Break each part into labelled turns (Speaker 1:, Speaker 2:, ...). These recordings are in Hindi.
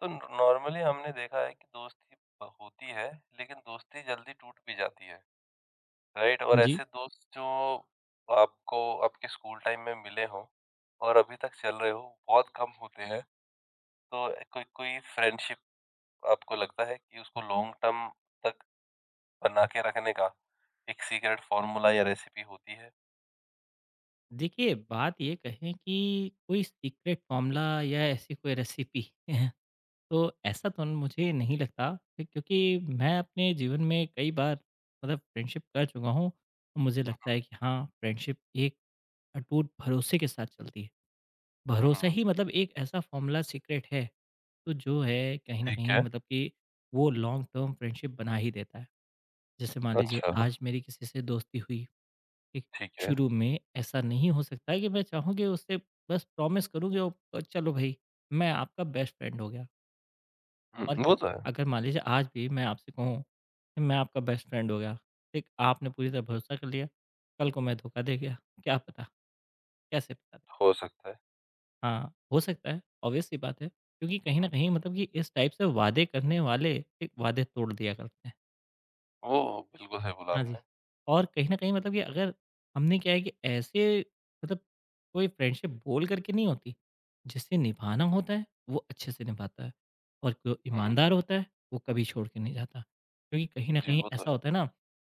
Speaker 1: तो नॉर्मली हमने देखा है कि दोस्ती होती है। लेकिन दोस्ती जल्दी टूट भी जाती है, राइट?
Speaker 2: हाँ
Speaker 1: और
Speaker 2: जी।
Speaker 1: ऐसे दोस्त जो आपको आपके स्कूल टाइम में मिले हों और अभी तक चल रहे हो, बहुत कम होते हैं। तो कोई कोई फ्रेंडशिप आपको लगता है कि उसको लॉन्ग टर्म तक बना के रखने का एक सीक्रेट फॉर्मूला या रेसिपी होती है?
Speaker 2: देखिए, बात ये कहें कि कोई सीक्रेट फ़ॉर्मूला या ऐसी कोई रेसिपी तो ऐसा तो मुझे नहीं लगता कि क्योंकि मैं अपने जीवन में कई बार मतलब फ्रेंडशिप कर चुका हूँ। तो मुझे लगता है कि हाँ, फ्रेंडशिप एक अटूट भरोसे के साथ चलती है। भरोसा
Speaker 1: हम्म।
Speaker 2: ही मतलब एक ऐसा फ़ॉर्मूला सीक्रेट है, तो जो है कहीं न
Speaker 1: ठीक
Speaker 2: कहीं
Speaker 1: है।
Speaker 2: मतलब कि वो लॉन्ग टर्म फ्रेंडशिप बना ही देता है। जैसे मान लीजिए
Speaker 1: अच्छा।
Speaker 2: आज मेरी किसी से दोस्ती हुई ठीक,
Speaker 1: ठीक है।
Speaker 2: शुरू में ऐसा नहीं हो सकता है कि मैं चाहूँ कि उससे बस प्रॉमिस करूँ कि ओ चलो भाई मैं आपका बेस्ट फ्रेंड हो गया और क्या।
Speaker 1: वो तो है।
Speaker 2: अगर मान लीजिए आज भी मैं आपसे कहूँ कि मैं आपका बेस्ट फ्रेंड हो गया, ठीक, आपने पूरी तरह भरोसा कर लिया, कल को मैं धोखा दे गया, क्या पता, कैसे पता चले।
Speaker 1: हो सकता है।
Speaker 2: हाँ, हो सकता है, ऑब्वियस सी बात है क्योंकि कहीं न कहीं मतलब कि इस टाइप से वादे करने वाले, ठीक, वादे तोड़ दिया करते हैं।
Speaker 1: वो, बिल्कुल सही बोला
Speaker 2: हाँ जी।
Speaker 1: आपने।
Speaker 2: और कहीं न कहीं मतलब कि अगर हमने क्या है कि ऐसे मतलब कोई फ्रेंडशिप बोल कर के नहीं होती, जिसे निभाना होता है, वो अच्छे से निभाता है और जो
Speaker 1: हम्म,
Speaker 2: ईमानदार होता है, वो कभी छोड़ के नहीं जाता। क्योंकि कहीं न
Speaker 1: जी
Speaker 2: कहीं
Speaker 1: वो तो
Speaker 2: ऐसा
Speaker 1: है।
Speaker 2: होता है ना,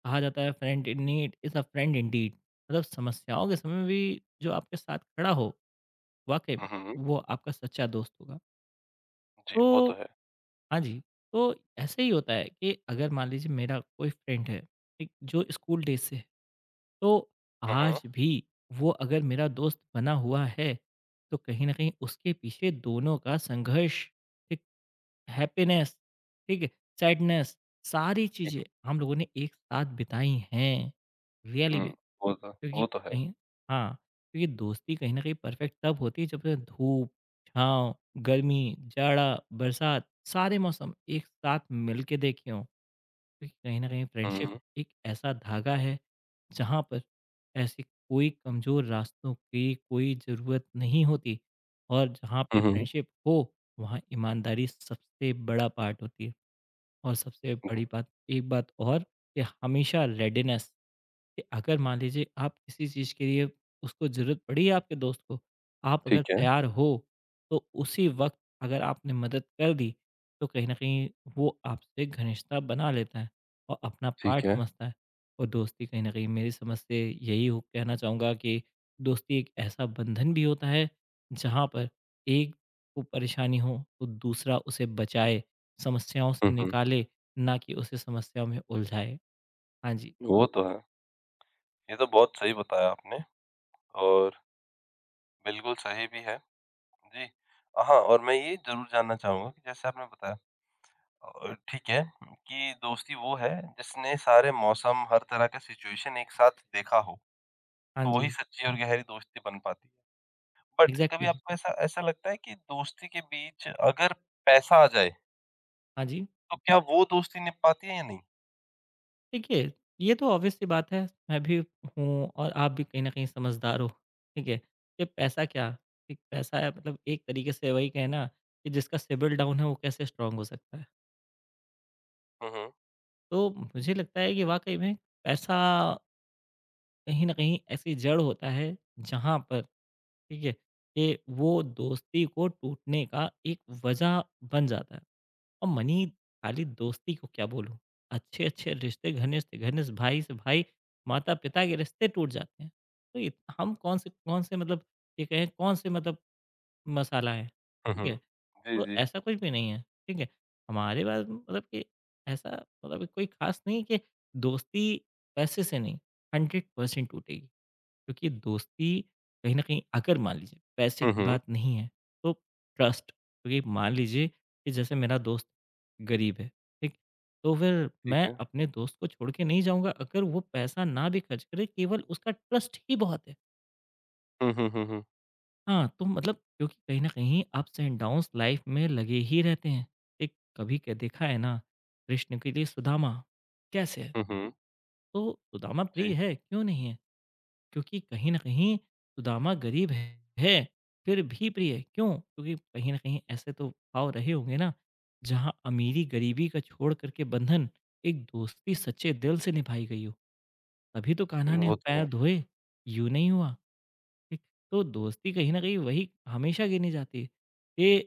Speaker 2: कहा जाता है friend in need is a friend indeed मतलब समस्याओं के समय में भी जो आपके साथ खड़ा हो, वाक़ई में
Speaker 1: हम्म,
Speaker 2: वो आपका सच्चा दोस्त होगा।
Speaker 1: जी वो
Speaker 2: तो
Speaker 1: तो है।
Speaker 2: हाँ जी, तो ऐसे ही होता है कि अगर मान लीजिए मेरा कोई फ्रेंड है, ठीक? जो स्कूल डेज़ से है। तो
Speaker 1: हुँ, हुँ।
Speaker 2: आज भी वो अगर मेरा दोस्त बना हुआ है तो कहीं ना कहीं उसके पीछे दोनों का संघर्ष ठीक, हैप्पीनेस, ठीक है, सैडनेस, सारी चीजें हम लोगों ने एक साथ बिताई हैं रियली
Speaker 1: हुँ,
Speaker 2: में
Speaker 1: हुँ। वो तो
Speaker 2: क्योंकि
Speaker 1: वो तो है।
Speaker 2: कहीं हाँ क्योंकि दोस्ती कहीं ना कहीं परफेक्ट तब होती है जब से धूप, छाँव, गर्मी, जाड़ा, बरसात सारे मौसम एक साथ मिलके देखे हों क्योंकि कहीं न कहीं फ्रेंडशिप
Speaker 1: हुँ।
Speaker 2: एक ऐसा धागा है, जहाँ पर ऐसे कोई कमज़ोर रास्तों की कोई ज़रूरत नहीं होती और जहाँ पे
Speaker 1: हुँ, हुँ।
Speaker 2: फ्रेंडशिप हो, वहाँ ईमानदारी सबसे बड़ा पार्ट होती है। और सबसे
Speaker 1: हुँ,
Speaker 2: बड़ी बात एक बात और कि हमेशा रेडीनेस कि अगर मान लीजिए आप किसी चीज़ के लिए उसको ज़रूरत पड़ी है आपके दोस्त को, आप अगर
Speaker 1: ठीक है,
Speaker 2: तैयार हो, तो उसी वक़्त अगर आपने मदद कर दी, तो कहीं न कहीं वो आपसे घनिष्ठता बना लेता है और अपना
Speaker 1: ठीक
Speaker 2: पार्ट
Speaker 1: है।
Speaker 2: समझता है। और दोस्ती कहीं न कहीं मेरी समझ से यही हो कहना चाहूँगा कि दोस्ती एक ऐसा बंधन भी होता है, जहाँ पर एक को परेशानी हो, तो दूसरा उसे बचाए, समस्याओं से
Speaker 1: हुँ, हुँ।
Speaker 2: निकाले, ना कि उसे समस्याओं में उलझाए। हाँ जी,
Speaker 1: वो हुँ। तो है। ये तो बहुत सही बताया आपने और बिल्कुल सही भी है। जी। हाँ, और मैं ये ज़रूर जानना चाहूँगा कि जैसे आपने बताया, ठीक है, कि दोस्ती वो है जिसने सारे मौसम, हर तरह का सिचुएशन एक साथ देखा हो,
Speaker 2: हाँ
Speaker 1: तो वही
Speaker 2: जी,
Speaker 1: सच्ची और गहरी दोस्ती बन पाती है। बट कभी
Speaker 2: एग्ज़ैक्टली।
Speaker 1: आपको ऐसा ऐसा लगता है कि दोस्ती के बीच अगर पैसा आ जाए,
Speaker 2: हाँ जी।
Speaker 1: तो क्या वो दोस्ती निभ पाती है या नहीं?
Speaker 2: देखिए, ये तो ऑब्वियस सी बात है, मैं भी हूँ और आप भी कहीं न कहीं समझदार हो, ठीक है? कि पैसा क्या, एक पैसा है मतलब एक तरीके से वही कहें ना कि जिसका सिबिल डाउन है वो कैसे स्ट्रॉन्ग हो सकता है।
Speaker 1: हुँ, हुँ।
Speaker 2: तो मुझे लगता है कि वाक़ई में पैसा कहीं न कहीं ऐसी जड़ होता है जहाँ पर, ठीक है? कि वो दोस्ती को टूटने का एक वजह बन जाता है। और मनी खाली दोस्ती को क्या बोलूँ, अच्छे-अच्छे रिश्ते घनिष्ठ घनिष्ठ भाई से भाई, माता-पिता के रिश्ते टूट जाते हैं। तो इत हम कौन से मतलब ये कहें कौन से मतलब मसाला है,
Speaker 1: हुँ,
Speaker 2: ठीक है?
Speaker 1: हुँ। जी,
Speaker 2: तो
Speaker 1: जी।
Speaker 2: ऐसा कुछ भी नहीं है, ठीक है? हमारे पास मतलब कि ऐसा मतलब कोई ख़ास नहीं है कि दोस्ती पैसे से नहीं, 100% टूटेगी। क्योंकि दोस्ती कहीं न कहीं अगर मान लीजिए पैसे
Speaker 1: हुँ,
Speaker 2: की
Speaker 1: हुँ।
Speaker 2: बात नहीं है, तो ट्रस्ट क्योंकि मान लीजिए कि जैसे मेरा दोस्त गरीब है, ठीक? तो फिर
Speaker 1: ठीक
Speaker 2: मैं
Speaker 1: है।
Speaker 2: अपने दोस्त को छोड़ के नहीं जाऊँगा अगर वो पैसा ना भी खर्च करे केवल उसका ट्रस्ट ही बहुत है।
Speaker 1: हुँ, हुँ, हुँ, हुँ।
Speaker 2: हाँ, तो मतलब क्योंकि कहीं न कहीं अप्स एंड डाउन्स लाइफ़ में लगे ही रहते हैं। एक कभी क देखा है ना कृष्ण के लिए सुदामा कैसे है?
Speaker 1: हुँ, हुँ।
Speaker 2: तो सुदामा प्रिय
Speaker 1: जी,
Speaker 2: है, क्यों नहीं है? क्योंकि कहीं न कहीं सुदामा गरीब है, फिर भी प्रिय क्यों? क्योंकि कहीं न कहीं ऐसे तो भाव रहे होंगे ना, जहाँ अमीरी-गरीबी का छोड़ कर के बंधन एक दोस्ती सच्चे दिल से निभाई गई हो। तभी तो कान्हा ने
Speaker 1: वो तो
Speaker 2: पैर
Speaker 1: है।
Speaker 2: धोए, यूँ नहीं हुआ। ठीक, तो दोस्ती कहीं न कहीं वही हमेशा गिनी जाती है। ये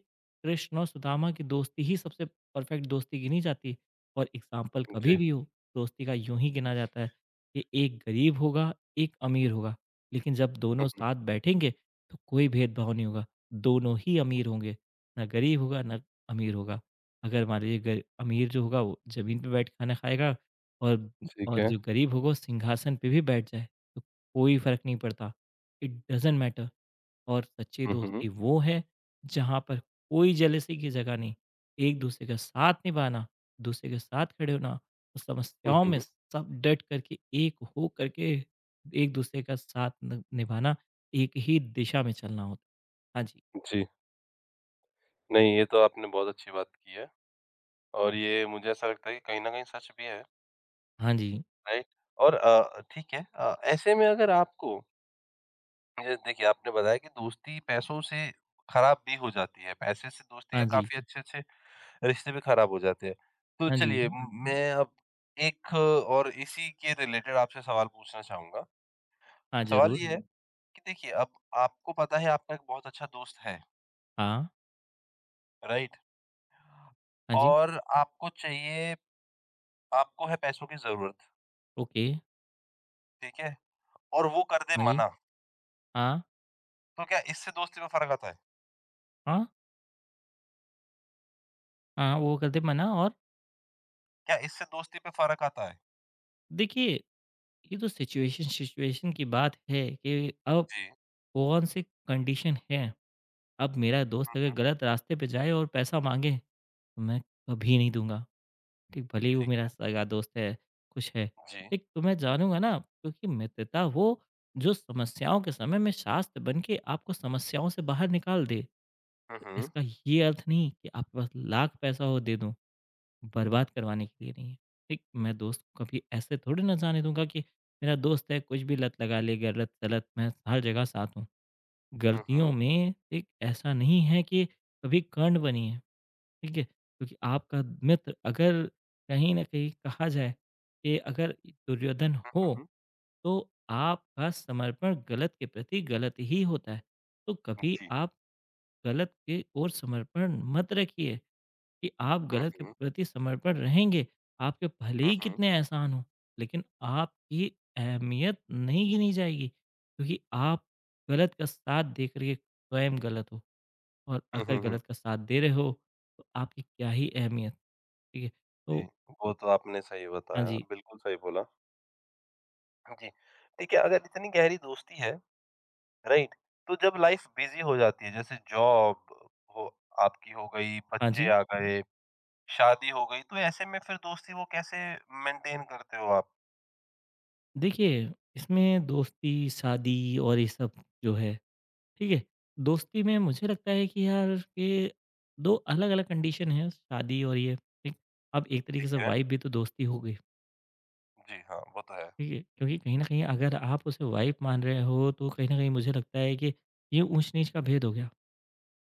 Speaker 2: कृष्ण और सुदामा की दोस्ती ही सबसे परफेक्ट दोस्ती गिनी जाती है और एग्ज़ाम्पल कभी
Speaker 1: जी,
Speaker 2: भी हो, दोस्ती का यूँ ही गिना जाता है कि एक गरीब होगा, एक अमीर होगा, लेकिन जब दोनों
Speaker 1: हुँ, हुँ।
Speaker 2: साथ बैठेंगे तो कोई भेदभाव नहीं होगा, दोनों ही अमीर होंगे, ना गरीब होगा, ना अमीर होगा। अगर मान लीजिए ग अमीर जो होगा वो ज़मीन पे बैठ के खाना खाएगा और
Speaker 1: ठीक है।
Speaker 2: जो गरीब होगा वो सिंहासन पे भी बैठ जाए, तो कोई फ़र्क नहीं पड़ता। इट डज़न्ट मैटर और सच्ची
Speaker 1: हुँ, हुँ।
Speaker 2: दोस्ती वो है जहाँ पर कोई जेलसी की जगह नहीं, एक-दूसरे का साथ निभाना, दूसरे के साथ खड़े होना और
Speaker 1: हुँ,
Speaker 2: समस्याओं में
Speaker 1: हुँ।
Speaker 2: सब डट करके एक हो करके एक-दूसरे का साथ न निभाना, एक ही दिशा में चलना होता है। हाँ जी,
Speaker 1: जी, नहीं, ये तो आपने बहुत अच्छी बात की है और ये मुझे ऐसा लगता है कि कहीं न कहीं सच भी है,
Speaker 2: हाँ जी,
Speaker 1: राइट? और ठीक है, ऐसे में अगर आपको, ये देखिए, आपने बताया कि दोस्ती पैसों से ख़राब भी हो जाती है, पैसे से दोस्ती का
Speaker 2: हाँ जी,
Speaker 1: काफ़ी अच्छे-अच्छे रिश्ते भी ख़राब हो जाते हैं। तो
Speaker 2: हाँ जी,
Speaker 1: चलिए म मैं अब एक और इसी के रिलेटेड आपसे सवाल पूछना चाहूँगा।
Speaker 2: हाँ
Speaker 1: सवाल
Speaker 2: ज़रूर,
Speaker 1: ये है, हुँ। कि देखिए, अब आपको पता है आपका एक बहुत अच्छा दोस्त है,
Speaker 2: हाँ,
Speaker 1: राइट?
Speaker 2: हाँ जी,
Speaker 1: और आपको चाहिए, आपको है पैसों की ज़रूरत,
Speaker 2: ओके,
Speaker 1: ठीक है? और वो कर दे
Speaker 2: हाँ जी,
Speaker 1: मना,
Speaker 2: हाँ,
Speaker 1: तो क्या इससे दोस्ती में फ़र्क आता है?
Speaker 2: हाँ, हाँ, वो कर दे मना और
Speaker 1: क्या इससे दोस्ती पे फ़र्क आता है?
Speaker 2: देखिए, ये तो सिचुएशन सिचुएशन की बात है कि अब
Speaker 1: जी।
Speaker 2: कौन सी कंडीशन है? अब मेरा दोस्त
Speaker 1: हुँ,
Speaker 2: अगर
Speaker 1: हुँ।
Speaker 2: गलत रास्ते पे जाए और पैसा माँगे, तो मैं कभी नहीं दूँगा। ठीक, भले ही वो
Speaker 1: ठीक
Speaker 2: मेरा
Speaker 1: है।
Speaker 2: सगा दोस्त है, कुछ है।
Speaker 1: जी।
Speaker 2: ठीक, तो मैं जानूँगा ना क्योंकि मित्रता वो जो समस्याओं के समय में शास्त्र बन के आपको समस्याओं से बाहर निकाल दे।
Speaker 1: हुँ,
Speaker 2: तो
Speaker 1: हुँ।
Speaker 2: इसका ये अर्थ नहीं कि आपके पास लाख पैसा हो दे दूँ, बर्बाद करवाने के लिए नहीं है। ठीक, मैं दोस्त को कभी ऐसे थोड़ी ना जाने दूँगा कि मेरा दोस्त है कुछ भी लत लगा ले, गलत-सलत मैं हर जगह साथ हूँ।
Speaker 1: हुँ,
Speaker 2: गलतियों
Speaker 1: हुँ,
Speaker 2: में एक ऐसा नहीं है कि कभी कर्ण बनी है, ठीक है? क्योंकि आपका मित्र अगर कहीं न कहीं कहा जाए कि अगर दुर्योधन
Speaker 1: हुँ,
Speaker 2: हो,
Speaker 1: हुँ।
Speaker 2: तो आपका समर्पण गलत के प्रति गलत ही होता है। तो कभी
Speaker 1: जी।
Speaker 2: आप गलत के ओर समर्पण मत रखिए। कि आप
Speaker 1: हुँ,
Speaker 2: गलत के
Speaker 1: हुँ।
Speaker 2: प्रति समर्पण रहेंगे, आपके भले
Speaker 1: हुँ,
Speaker 2: ही
Speaker 1: हुँ।
Speaker 2: कितने एहसान हों, लेकिन आपकी अहमियत नहीं गिनी जाएगी, क्योंकि आप गलत का साथ दे कर के स्वयं गलत हो और
Speaker 1: हुँ,
Speaker 2: अगर
Speaker 1: हुँ, हुँ।
Speaker 2: गलत का साथ दे रहे हो, तो आपकी क्या ही अहमियत, ठीक है?
Speaker 1: जी,
Speaker 2: तो
Speaker 1: वो तो आपने सही
Speaker 2: हाँ
Speaker 1: बताया,
Speaker 2: जी,
Speaker 1: बिल्कुल सही बोला। जी। ठीक है, अगर इतनी गहरी दोस्ती है, राइट, तो जब लाइफ बिजी हो जाती है, जैसे जॉब हो, आपकी हो गई,
Speaker 2: हाँ
Speaker 1: बच्चे
Speaker 2: जी।
Speaker 1: आ गए, शादी हो गई, तो ऐसे में फिर दोस्ती वो कैसे मेंटेन करते हो आप?
Speaker 2: देखिए, इसमें दोस्ती, शादी और ये सब जो है ठीक है? दोस्ती में मुझे लगता है कि यार ये 2 अलग-अलग कंडीशन है शादी और ये, ठीक? अब एक तरीके
Speaker 1: ठीक
Speaker 2: से
Speaker 1: है।
Speaker 2: वाइफ़ भी तो दोस्ती हो गई,
Speaker 1: जी हाँ, वो तो है।
Speaker 2: ठीक है? क्योंकि कहीं न कहीं अगर आप उसे वाइफ़ मान रहे हो तो कहीं न कहीं मुझे लगता है कि ये ऊँच-नीच का भेद हो गया,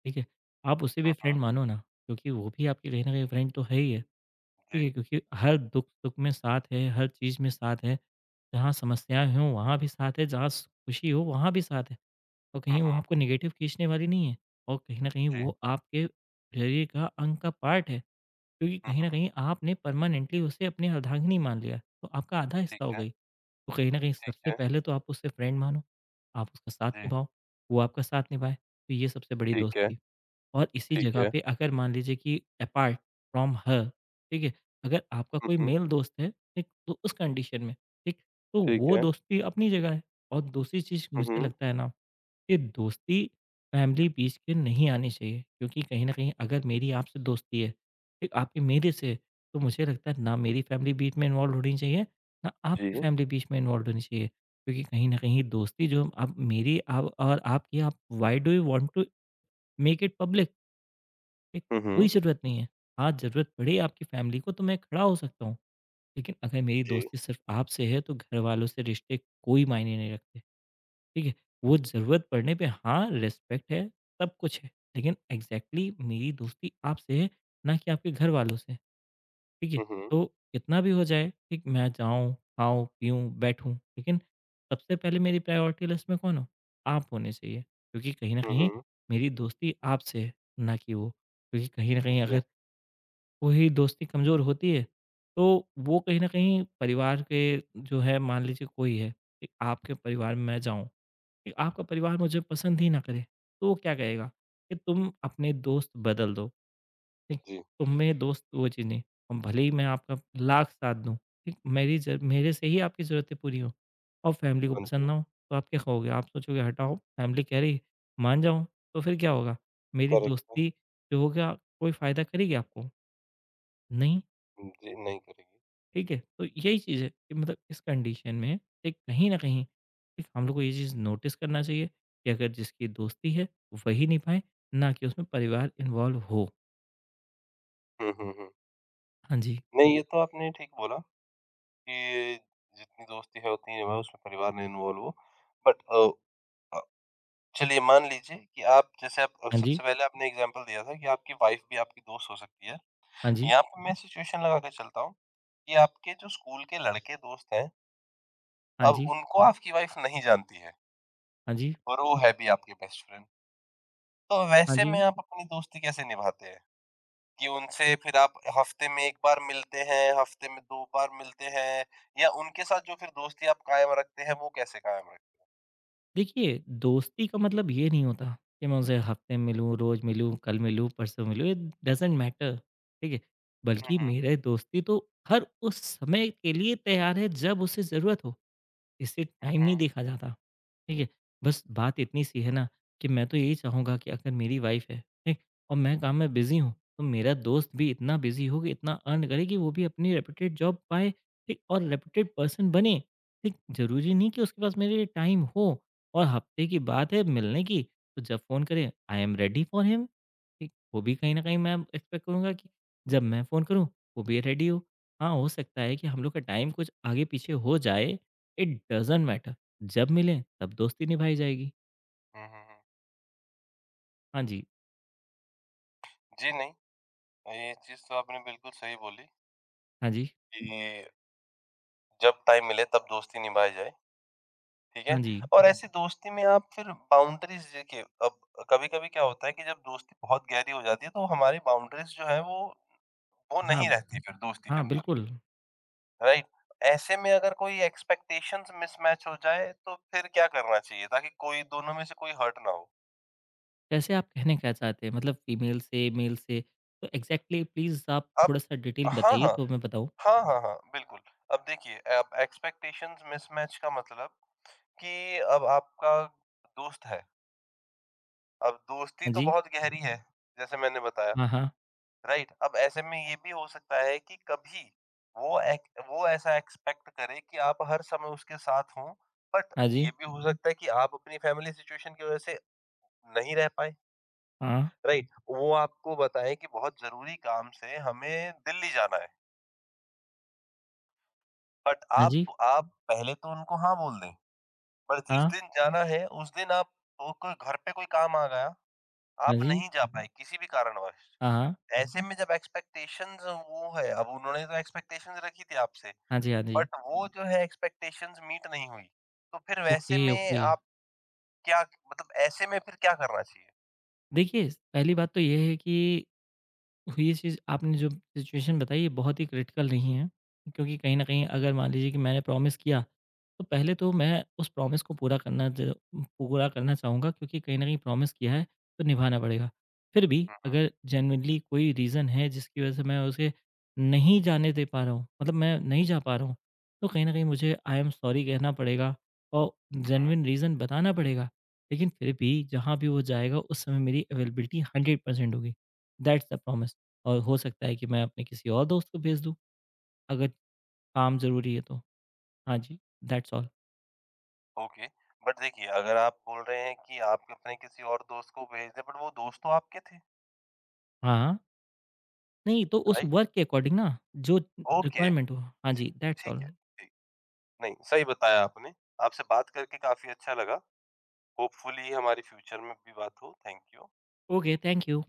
Speaker 2: ठीक है? आप उसे भी
Speaker 1: हम्म
Speaker 2: फ्रेंड
Speaker 1: हम्म,
Speaker 2: मानो ना क्योंकि वो भी आपकी कहीं न कहीं फ्रेंड तो है ही है, ठीक
Speaker 1: जी।
Speaker 2: है? क्योंकि हर दुःख-सुख में साथ है, हर चीज़ में साथ है, जहाँ समस्याएँ हों वहाँ भी साथ है, जहाँ स खुशी हो वहाँ भी साथ है। और
Speaker 1: हम्म
Speaker 2: कहीं वो
Speaker 1: हम्म,
Speaker 2: आपको नेगेटिव खींचने वाली नहीं है और कहीं न कहीं
Speaker 1: जी।
Speaker 2: वो आपके शरीर का अंग का पार्ट है क्योंकि
Speaker 1: हम्म
Speaker 2: कहीं न
Speaker 1: हम्म,
Speaker 2: कहीं आपने परमानेंटली उसे अपनी अर्धांगिनी मान लिया, तो आपका आधा
Speaker 1: ठीक
Speaker 2: हिस्सा हो
Speaker 1: है।
Speaker 2: गई। तो कहीं न कहीं
Speaker 1: ठीक
Speaker 2: सबसे
Speaker 1: है।
Speaker 2: पहले तो आप उसे फ्रेंड मानो, आप उसका साथ
Speaker 1: जी।
Speaker 2: निभाओ, वो आपका साथ निभाए, तो ये सबसे बड़ी
Speaker 1: ठीक है।
Speaker 2: दोस्ती। और इसी
Speaker 1: ठीक
Speaker 2: जगह
Speaker 1: है।
Speaker 2: पे अगर मान लीजिए कि अपार्ट फ्रॉम हर, ठीक है? अगर आपका
Speaker 1: हम्म
Speaker 2: कोई
Speaker 1: हम्म,
Speaker 2: मेल दोस्त है, ठीक? तो उस कंडीशन में, ठीक? तो
Speaker 1: ठीक
Speaker 2: वो
Speaker 1: है।
Speaker 2: दोस्ती अपनी जगह है और दूसरी चीज़
Speaker 1: हम्म
Speaker 2: मुझे
Speaker 1: हम्म,
Speaker 2: लगता है ना ये दोस्ती फैमिली बीच के नहीं आनी चाहिए क्योंकि कहीं ना कहीं अगर मेरी आपसे दोस्ती है ठीक आपकी मेरे से तो मुझे लगता है ना मेरी फैमिली बीच में इन्वॉल्व होनी चाहिए ना आपकी
Speaker 1: जी।
Speaker 2: फैमिली बीच में इन्वॉल्व होनी चाहिए क्योंकि कहीं ना कहीं दोस्ती जो आप मेरी आप और आपकी आप why do you want to make it public ठीक
Speaker 1: हम्म
Speaker 2: कोई
Speaker 1: हम्म,
Speaker 2: ज़रूरत नहीं है हाँ ज़रूरत पड़े आपकी फैमिली को तो मैं खड़ा हो सकता हूँ लेकिन अगर मेरी
Speaker 1: जी।
Speaker 2: दोस्ती सिर्फ आपसे है तो घर वालों से रिश्ते कोई मायने नहीं रखते ठीक है? वो ज़रूरत पड़ने पे हाँ, रिस्पेक्ट है, सब कुछ है, लेकिन एग्ज़ैक्टली मेरी दोस्ती आपसे है, ना कि आपके घरवालों से, ठीक है?
Speaker 1: हम्म।
Speaker 2: तो कितना भी हो जाए, ठीक, मैं जाऊँ, खाऊँ, पीऊँ, बैठूँ, लेकिन सबसे पहले मेरी प्रायोरिटी लिस्ट में कौन हो? आप होने चाहिए, क्योंकि कहीं न
Speaker 1: हम्म
Speaker 2: कहीं
Speaker 1: हम्म,
Speaker 2: मेरी दोस्ती आपसे है, ना कि वो। क्योंकि कहीं न कहीं
Speaker 1: जी।
Speaker 2: अगर वही दोस्ती कमज़ोर होती है, तो वो कहीं न कहीं परिवार के जो है मान लीजिए कोई है, एक आपके परिवार में मैं जाऊँ, कि आपका परिवार मुझे पसंद ही ना करे, तो वो क्या कहेगा कि तुम अपने दोस्त बदल दो, ठीक?
Speaker 1: जी।
Speaker 2: तुम में दोस्त वो चीज़ नहीं और भले ही मैं आपका लाख साथ दूँ, ठीक? मेरी ज मेरे से ही आपकी ज़रूरतें पूरी हों और फैमिली को
Speaker 1: हाँ जी।
Speaker 2: पसंद ना हो, तो आप क्या कहोगे? आप सोचोगे हटाओ, फैमिली कह रही मान जाऊँ, तो फिर क्या होगा? मेरी
Speaker 1: करेक्ट है।
Speaker 2: दोस्ती जो होगा कोई फ़ायदा करेगी आपको? नहीं।
Speaker 1: जी नहीं करेगी।
Speaker 2: ठीक है? तो यही चीज़ है कि मतलब इस कंडीशन में एक कहीं न कहीं एक हम लोग को ये चीज़ नोटिस करना चाहिए कि अगर जिसकी दोस्ती है वही निभाएँ, ना कि उसमें परिवार इन्वॉल्व हो।
Speaker 1: हम्म हम्म हम्म।
Speaker 2: हाँ जी,
Speaker 1: नहीं, ये तो आपने ठीक बोला कि जितनी दोस्ती होती है वह उसमें परिवार में इन्वॉल्व हो। बट अ, चलिए, मान लीजिए कि आप, जैसे आप,
Speaker 2: हाँ जी,
Speaker 1: सबसे पहले आपने एग्ज़ाम्पल दिया था कि आपकी वाइफ़ भी आपकी दोस्त हो सकती है।
Speaker 2: हाँ जी,
Speaker 1: यहाँ पे मैं सिचुएशन लगा के चलता हूँ कि आपके जो स्कूल के लड़के दोस्त हैं,
Speaker 2: हाँ
Speaker 1: अब
Speaker 2: जी,
Speaker 1: उनको आपकी वाइफ़ नहीं जानती है
Speaker 2: हाँ जी,
Speaker 1: और वो है भी आपके बेस्ट फ्रेंड। तो
Speaker 2: हाँ
Speaker 1: वैसे
Speaker 2: जी।
Speaker 1: में आप अपनी दोस्ती कैसे निभाते हैं? कि उनसे फिर आप हफ़्ते में 1 बार मिलते हैं, हफ़्ते में 2 बार मिलते हैं, या उनके साथ जो फिर दोस्ती आप कायम रखते हैं वो कैसे कायम रखते
Speaker 2: देखिए, दोस्ती का मतलब ये नहीं होता कि मैं उनसे हफ्ते में मिलूँ, रोज़ मिलूँ, कल मिलूँ, परसों मिलूँ, इट डज़न्ट मैटर, ठीक है?
Speaker 1: हैं?
Speaker 2: बल्कि
Speaker 1: हुँ, हुँ।
Speaker 2: मेरे दोस्ती तो हर उस समय के लिए तैयार है जब उसे ज़रूरत हो। इससे
Speaker 1: हुँ,
Speaker 2: टाइम नहीं
Speaker 1: हुँ।
Speaker 2: देखा जाता, ठीक है? बस बात इतनी सी है ना कि मैं तो यही चाहूँगा कि अगर मेरी वाइफ़ है, ठीक? और मैं काम में बिज़ी हूँ, तो मेरा दोस्त भी इतना बिज़ी हो कि इतना अर्न करे कि वो भी अपनी रेपुटेड जॉब पाए, ठीक? और रेपुटेड पर्सन बने, ठीक? ज़रूरी नहीं कि उसके पास मेरे लिए टाइम हो और हफ्ते की बात है मिलने की, तो जब फ़ोन करे I am ready for him. ठीक, वो भी कहीं न कहीं मैं एक्सपेक्ट करूँगा कि जब मैं फ़ोन करूँ, वो भी रेडी हो। हाँ, हो सकता है कि हम लोग का टाइम कुछ आगे-पीछे हो जाए, इट डज़न्ट मैटर। जब मिलें, तब दोस्ती निभाई जाएगी।
Speaker 1: हुँ, हुँ, हुँ।
Speaker 2: हाँ जी,
Speaker 1: जी, नहीं, ये चीज़ तो आपने बिल्कुल सही बोली
Speaker 2: हाँ जी,
Speaker 1: कि जब टाइम मिले तब दोस्ती निभाई जाए, ठीक है?
Speaker 2: हाँ जी,
Speaker 1: और ऐसी दोस्ती में आप फिर बाउंड्रीज़ देखिए। अब कभी-कभी क्या होता है कि जब दोस्ती बहुत गहरी हो जाती है तो हमारी बाउंड्रीज़ जो है वो
Speaker 2: हाँ,
Speaker 1: नहीं रहती फिर दोस्ती के
Speaker 2: हाँ,
Speaker 1: अंदर,
Speaker 2: बिल्कुल।
Speaker 1: राइट? ऐसे में अगर कोई एक्सपेक्टेशंस मिसमैच हो जाए तो फिर क्या करना चाहिए ताकि कोई, दोनों में से कोई हर्ट ना हो?
Speaker 2: जैसे आप कहना क्या चाहते हैं? मतलब फीमेल से, मेल से, तो एग्ज़ैक्टली प्लीज़ आप
Speaker 1: अब
Speaker 2: थोड़ा-सा डिटेल
Speaker 1: हाँ,
Speaker 2: बताइए
Speaker 1: हाँ।
Speaker 2: तो मैं बताऊँ।
Speaker 1: हाँ, हाँ, हाँ, बिल्कुल। अब देखिए, अब एक्सपेक्टेशंस मिसमैच का मतलब कि अब आपका दोस्त है, अब दोस्ती
Speaker 2: हाँ
Speaker 1: तो
Speaker 2: जी,
Speaker 1: बहुत गहरी है, जैसे मैंने बताया,
Speaker 2: हाँ, हाँ,
Speaker 1: राइट? अब ऐसे में ये भी हो सकता है कि कभी वो एक वो ऐसा एक्सपेक्ट करे कि आप हर समय उसके साथ हों, बट
Speaker 2: हाँ
Speaker 1: ये
Speaker 2: जी,
Speaker 1: भी हो सकता है कि आप अपनी फैमिली सिचुएशन की वज़ह से नहीं रह पाएँ,
Speaker 2: हाँ,
Speaker 1: राइट? वो आपको बताएँ कि बहुत ज़रूरी काम से हमें दिल्ली जाना है, बट
Speaker 2: हाँ जी,
Speaker 1: आप पहले तो उनको हाँ बोल दें, पर जिस
Speaker 2: हाँ,
Speaker 1: दिन जाना है, उस दिन आप को कोई घर पे कोई काम आ गया,
Speaker 2: हाँ
Speaker 1: आप
Speaker 2: जी,
Speaker 1: नहीं जा पाए किसी भी कारणवश।
Speaker 2: हाँ, हाँ,
Speaker 1: ऐसे में जब एक्सपेक्टेशंस वो है, अब उन्होंने तो एक्सपेक्टेशंस रखी थी आपसे,
Speaker 2: हाँ जी, हाँ जी।
Speaker 1: बट वो हुँ। जो है, एक्सपेक्टेशंस मीट नहीं हुई। तो फिर वैसे
Speaker 2: ओके,
Speaker 1: में
Speaker 2: ओके।
Speaker 1: आप क्या मतलब, ऐसे में फिर क्या करना चाहिए?
Speaker 2: देखिए, पहली बात तो ये है कि तो ये चीज़ आपने जो सिचुएशन बताई ये बहुत ही क्रिटिकल नहीं है क्योंकि कहीं न कहीं अगर मान लीजिए कि मैंने प्रॉमिस किया, तो पहले तो मैं उस प्रॉमिस को पूरा करना ज पूरा करना चाहूँगा क्योंकि कहीं न कहीं प्रॉमिस किया है, तो निभाना पड़ेगा। फिर भी
Speaker 1: हुँ,
Speaker 2: अगर जेनुइनली कोई रीज़न है जिसकी वज़ह से मैं उसे नहीं जाने दे पा रहा हूँ, मतलब मैं नहीं जा पा रहा हूँ, तो कहीं न कहीं मुझे आई एम सॉरी कहना पड़ेगा और
Speaker 1: हुँ, हुँ।
Speaker 2: जेनुइन रीज़न बताना पड़ेगा। लेकिन फिर भी जहाँ भी वो जाएगा उस समय मेरी अवेलेबिलिटी 100% होगी। That's the promise. और हो सकता है कि मैं अपने किसी और दोस्त को भेज दूँ, अगर काम ज़रूरी है तो। हाँ जी, दैट्स ऑल।
Speaker 1: ओके। बट देखिए, अगर आप बोल रहे हैं कि आप अपने किसी और दोस्त को भेज दें, बट वो दोस्त तो आपके थे,
Speaker 2: हाँ, हाँ। नहीं, तो उस
Speaker 1: राइट?
Speaker 2: वर्क के अकॉर्डिंग ना, जो
Speaker 1: ओके।
Speaker 2: रिक्वायरमेंट हो। हाँ
Speaker 1: ठी
Speaker 2: जी, दैट्स
Speaker 1: ठीक
Speaker 2: ऑल।
Speaker 1: है, ठीक। नहीं, सही बताया आपने। आपसे बात करके काफ़ी अच्छा लगा। होपफुली हमारी फ्यूचर में भी बात हो। Thank you.
Speaker 2: Okay, thank you.